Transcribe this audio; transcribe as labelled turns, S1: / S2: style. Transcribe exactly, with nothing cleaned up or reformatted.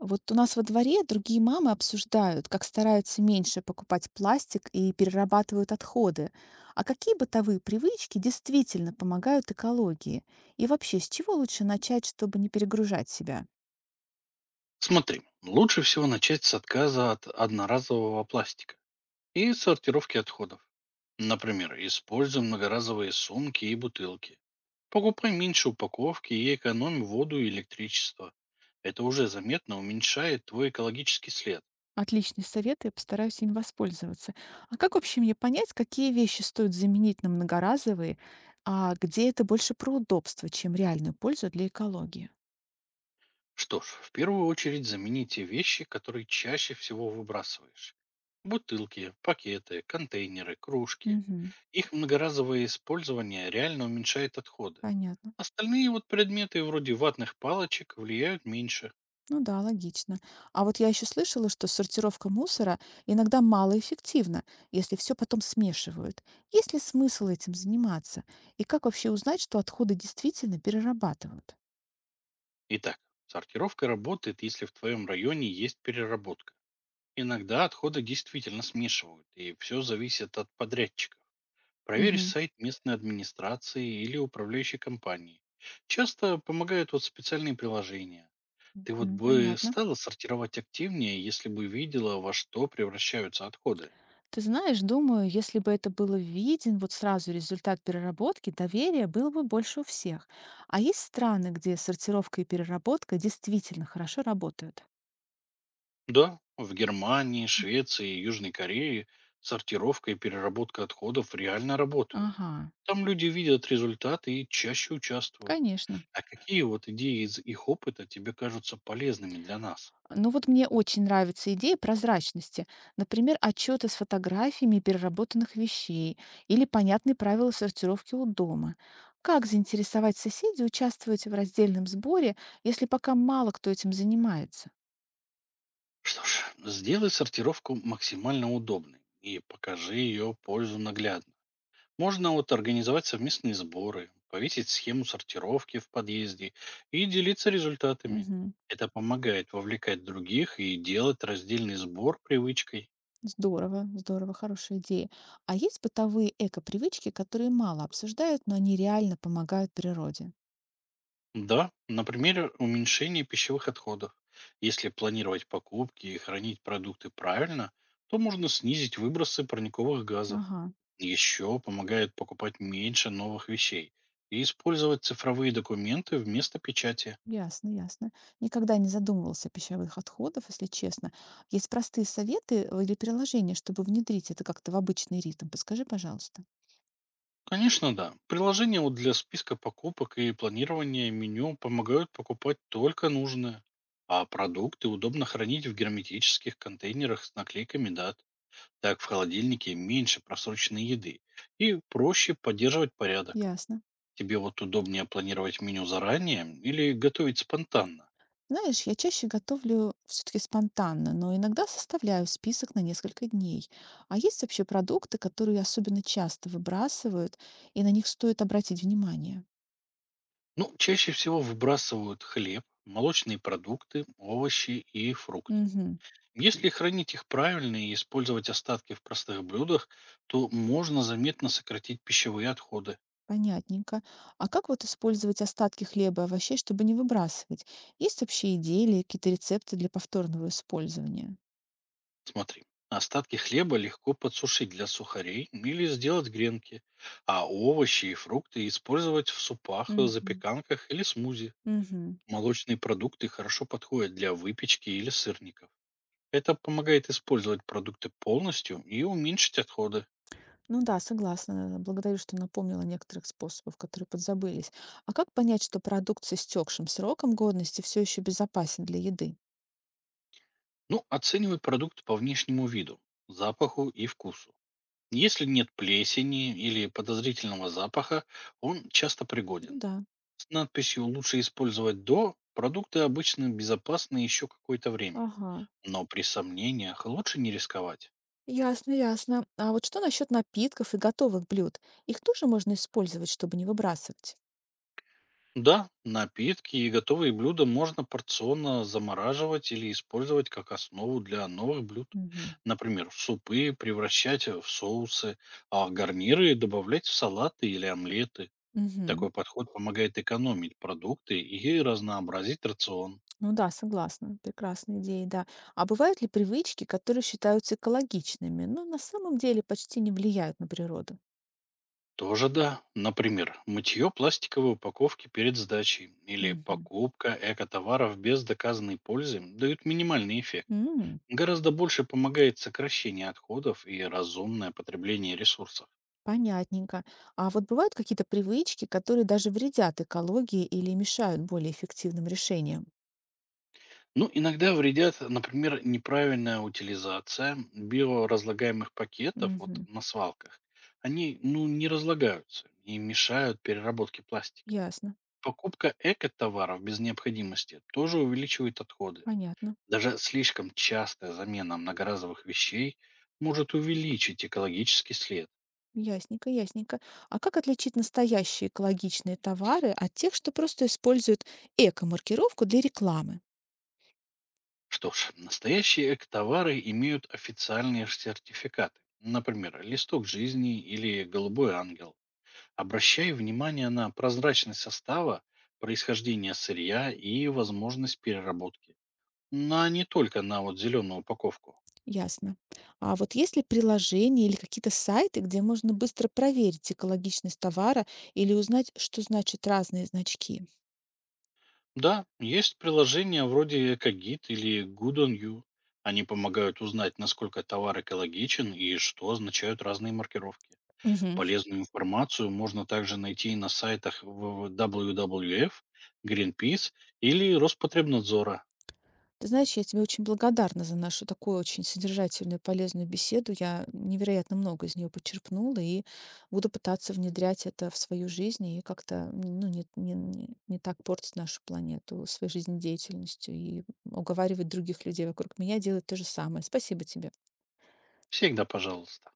S1: Вот у нас во дворе другие мамы обсуждают, как стараются меньше покупать пластик и перерабатывают отходы. А какие бытовые привычки действительно помогают экологии? И вообще, с чего лучше начать, чтобы не перегружать себя?
S2: Смотри, лучше всего начать с отказа от одноразового пластика и сортировки отходов. Например, используй многоразовые сумки и бутылки. Покупай меньше упаковки и экономь воду и электричество. Это уже заметно уменьшает твой экологический след.
S1: Отличные советы, я постараюсь им воспользоваться. А как вообще мне понять, какие вещи стоит заменить на многоразовые, а где это больше про удобство, чем реальную пользу для экологии?
S2: Что ж, в первую очередь замени те вещи, которые чаще всего выбрасываешь. Бутылки, пакеты, контейнеры, кружки.
S1: Мгм.
S2: Их многоразовое использование реально уменьшает отходы.
S1: Понятно.
S2: Остальные вот предметы, вроде ватных палочек, влияют меньше.
S1: Ну да, логично. А вот я еще слышала, что сортировка мусора иногда малоэффективна, если все потом смешивают. Есть ли смысл этим заниматься? И как вообще узнать, что отходы действительно перерабатывают?
S2: Итак, сортировка работает, если в твоем районе есть переработка. Иногда отходы действительно смешивают, и все зависит от подрядчиков. Проверь
S1: Мгм.
S2: сайт местной администрации или управляющей компании. Часто помогают вот специальные приложения. Ты вот
S1: М,
S2: бы
S1: понятно.
S2: стала сортировать активнее, если бы видела, во что превращаются отходы.
S1: Ты знаешь, думаю, если бы это было виден, вот сразу результат переработки, доверие было бы больше у всех. А есть страны, где сортировка и переработка действительно хорошо работают?
S2: Да, в Германии,
S1: М,
S2: Швеции и Южной Корее сортировка и переработка отходов реально работают.
S1: ага,
S2: Там люди видят результаты и чаще участвуют.
S1: конечно.
S2: А какие вот идеи из их опыта тебе кажутся полезными для нас?
S1: Ну вот мне очень нравится идея прозрачности. Например, отчеты с фотографиями переработанных вещей или понятные правила сортировки у дома. Как заинтересовать соседей участвовать в раздельном сборе, если пока мало кто этим занимается?
S2: Что ж, сделай сортировку максимально удобной и покажи ее пользу наглядно. Можно вот организовать совместные сборы, повесить схему сортировки в подъезде и делиться результатами.
S1: Мгм.
S2: Это помогает вовлекать других и делать раздельный сбор привычкой.
S1: Здорово, здорово, хорошая идея. А есть бытовые эко-привычки, которые мало обсуждают, но они реально помогают природе?
S2: Да, например, уменьшение пищевых отходов. Если планировать покупки и хранить продукты правильно, то можно снизить выбросы парниковых газов.
S1: Ага.
S2: Еще помогает покупать меньше новых вещей и использовать цифровые документы вместо печати.
S1: Ясно, ясно. Никогда не задумывался о пищевых отходах, если честно. Есть простые советы э, или приложения, чтобы внедрить это как-то в обычный ритм? Подскажи, пожалуйста.
S2: Конечно, да. Приложения вот для списка покупок и планирования меню помогают покупать только нужное. А продукты удобно хранить в герметических контейнерах с наклейками дат. Так в холодильнике меньше просроченной еды и проще поддерживать порядок.
S1: Ясно.
S2: Тебе вот удобнее планировать меню заранее или готовить спонтанно.
S1: Знаешь, я чаще готовлю все-таки спонтанно, но иногда составляю список на несколько дней. А есть вообще продукты, которые особенно часто выбрасывают, и на них стоит обратить внимание?
S2: Ну, чаще всего выбрасывают хлеб, молочные продукты, овощи и фрукты.
S1: Мгм.
S2: Если хранить их правильно и использовать остатки в простых блюдах, то можно заметно сократить пищевые отходы.
S1: Понятненько. А как вот использовать остатки хлеба и овощей, чтобы не выбрасывать? Есть вообще идеи или какие-то рецепты для повторного использования?
S2: Смотри, остатки хлеба легко подсушить для сухарей или сделать гренки, а овощи и фрукты использовать в супах, э,
S1: Мгм.
S2: запеканках или смузи.
S1: Мгм.
S2: Молочные продукты хорошо подходят для выпечки или сырников. Это помогает использовать продукты полностью и уменьшить отходы.
S1: Ну да, согласна. Благодарю, что напомнила о некоторых способов, которые подзабылись. А как понять, что продукт с истекшим сроком годности все еще безопасен для еды?
S2: Ну, оценивай продукт по внешнему виду, запаху и вкусу. Если нет плесени или подозрительного запаха, он часто
S1: Ну
S2: пригоден.
S1: да.
S2: С надписью «Лучше использовать до» продукты обычно безопасны еще какое-то время.
S1: Ага.
S2: Но при сомнениях лучше не рисковать.
S1: Ясно, ясно. А вот что насчет напитков и готовых блюд? Их тоже можно использовать, чтобы не выбрасывать?
S2: Да, напитки и готовые блюда можно порционно замораживать или использовать как основу для новых блюд.
S1: Угу.
S2: Например, супы превращать в соусы, а гарниры добавлять в салаты или омлеты.
S1: Мгм.
S2: Такой подход помогает экономить продукты и разнообразить рацион.
S1: Ну да, согласна. Прекрасная идея, да. А бывают ли привычки, которые считаются экологичными, но на самом деле почти не влияют на природу?
S2: Тоже да. Например, мытье пластиковой упаковки перед сдачей или
S1: Мгм.
S2: покупка экотоваров без доказанной пользы дают минимальный эффект.
S1: М,
S2: Гораздо больше помогает сокращение отходов и разумное потребление ресурсов.
S1: понятненько. А вот бывают какие-то привычки, которые даже вредят экологии или мешают более эффективным решениям?
S2: Ну, иногда вредят, например, неправильная утилизация биоразлагаемых пакетов вот
S1: Мгм.
S2: на свалках. Они, ну, не разлагаются и мешают переработке пластика.
S1: Ясно.
S2: Покупка эко товаров без необходимости тоже увеличивает отходы.
S1: Понятно.
S2: Даже слишком частая замена многоразовых вещей может увеличить экологический след.
S1: Ясненько, ясненько. А как отличить настоящие экологичные товары от тех, что просто используют эко-маркировку для рекламы?
S2: Что ж, настоящие эктовары имеют официальные сертификаты. Например, листок жизни или голубой ангел. Обращай внимание на прозрачность состава, происхождение сырья и возможность переработки. На не только на вот зеленую упаковку.
S1: Ясно. А вот есть ли приложения или какие-то сайты, где можно быстро проверить экологичность товара или узнать, что значат разные значки?
S2: Да, есть приложения вроде Экогид или Good on You. Они помогают узнать, насколько товар экологичен и что означают разные маркировки.
S1: Мгм.
S2: Полезную информацию можно также найти на сайтах в- W W F, Greenpeace или Роспотребнадзора.
S1: Ты знаешь, я тебе очень благодарна за нашу такую очень содержательную, полезную беседу. Я невероятно много из нее почерпнула и буду пытаться внедрять это в свою жизнь и как-то ну, не, не, не не так портить нашу планету своей жизнедеятельностью и уговаривать других людей вокруг меня делать то же самое. Спасибо тебе.
S2: Всегда пожалуйста.